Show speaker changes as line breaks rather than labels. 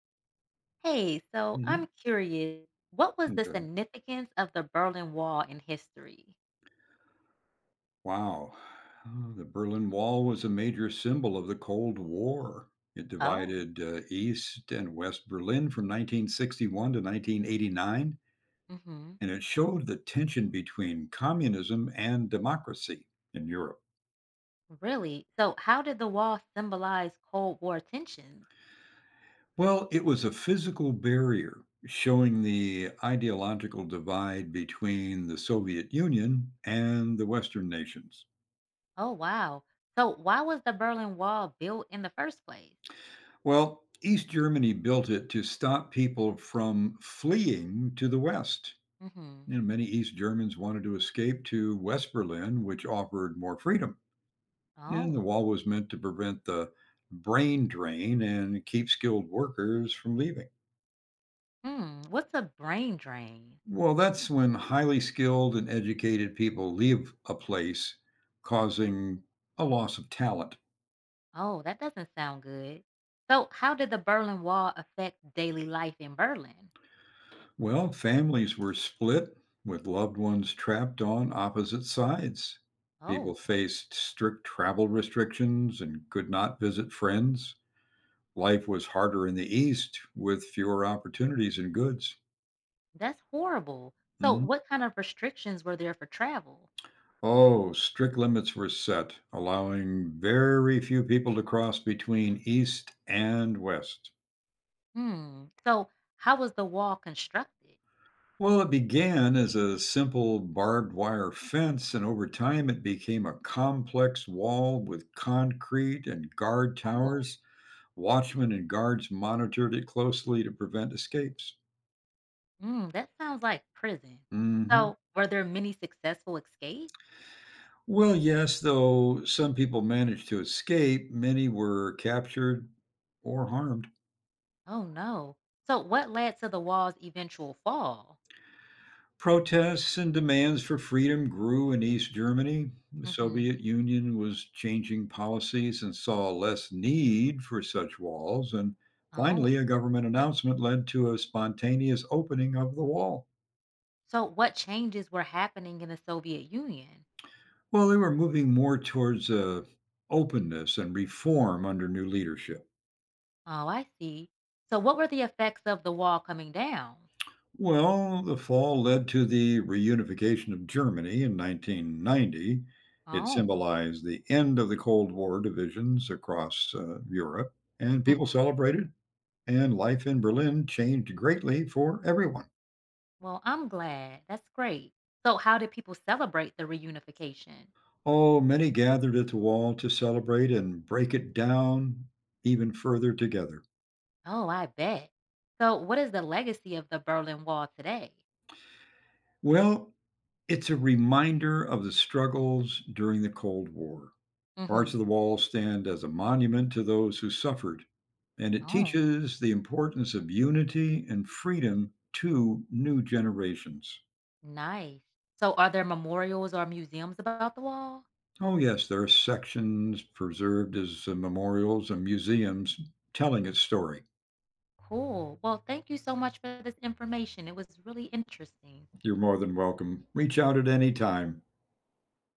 Hey, so
Mhm.
I'm curious, what was the
Okay.
significance of the Berlin Wall in history?
Wow. Oh, the Berlin Wall was a major symbol of the Cold War. It
Oh,
divided East and West Berlin from 1961 to 1989,
hmm,
and it showed the tension between communism and democracy in Europe.
really? So, how did the wall symbolize Cold War tensions?
Well, it was a physical barrier showing the ideological divide between the Soviet Union and the Western nations.
Oh, wow. So, why was the Berlin Wall built in the first place?
Well, East Germany built it to stop people from fleeing to the West.
Hmm.
You know, many East Germans wanted to escape to West Berlin, which offered more freedom. And the
Oh,
wall was meant to prevent the brain drain and keep skilled workers from leaving.
hmm. What's a brain drain?
Well, that's when highly skilled and educated people leave a place, causing a loss of talent.
Oh, that doesn't sound good. So, how did the Berlin Wall affect daily life in Berlin?
Well, families were split with loved ones trapped on opposite sides. People
Oh,
faced strict travel restrictions and could not visit friends. Life was harder in the East with fewer opportunities and goods.
that's horrible. So,
Mhm.
what kind of restrictions were there for travel?
Oh, strict limits were set, allowing very few people to cross between East and West.
Hmm. So, how was the wall constructed?
Well, it began as a simple barbed wire fence, and over time it became a complex wall with concrete and guard
Oh,
towers. Watchmen and guards monitored it closely to prevent escapes.
hmm. That sounds like prison.
Hmm.
So, were there many successful escapes?
Well, yes, though some people managed to escape, many were captured or harmed.
Oh, no. So, what led to the wall's eventual fall?
Protests and demands for freedom grew in East Germany. The
Hmm.
Soviet Union was changing policies and saw less need for such walls. And
Oh.
finally, a government announcement led to a spontaneous opening of the wall.
So, what changes were happening in the Soviet Union?
Well, they were moving more towards openness and reform under new leadership.
Oh, I see. So, what were the effects of the wall coming down?
Well, the fall led to the reunification of Germany in 1990. It
Oh.
symbolized the end of the Cold War divisions across Europe, and people
Mhm.
celebrated, and life in Berlin changed greatly for everyone.
Well, I'm glad. That's great. So, how did people celebrate the reunification?
Oh, many gathered at the wall to celebrate and break it down even further together.
Oh, I bet. So, what is the legacy of the Berlin Wall today?
Well, it's a reminder of the struggles during the Cold War. Parts
Hmm.
of the wall stand as a monument to those who suffered, and it
Oh,
teaches the importance of unity and freedom to new generations.
nice. So, are there memorials or museums about the wall?
Oh, yes, there are sections preserved as memorials and museums telling its story.
Cool. Well, thank you so much for this information. It was really interesting.
You're more than welcome. Reach out at any time.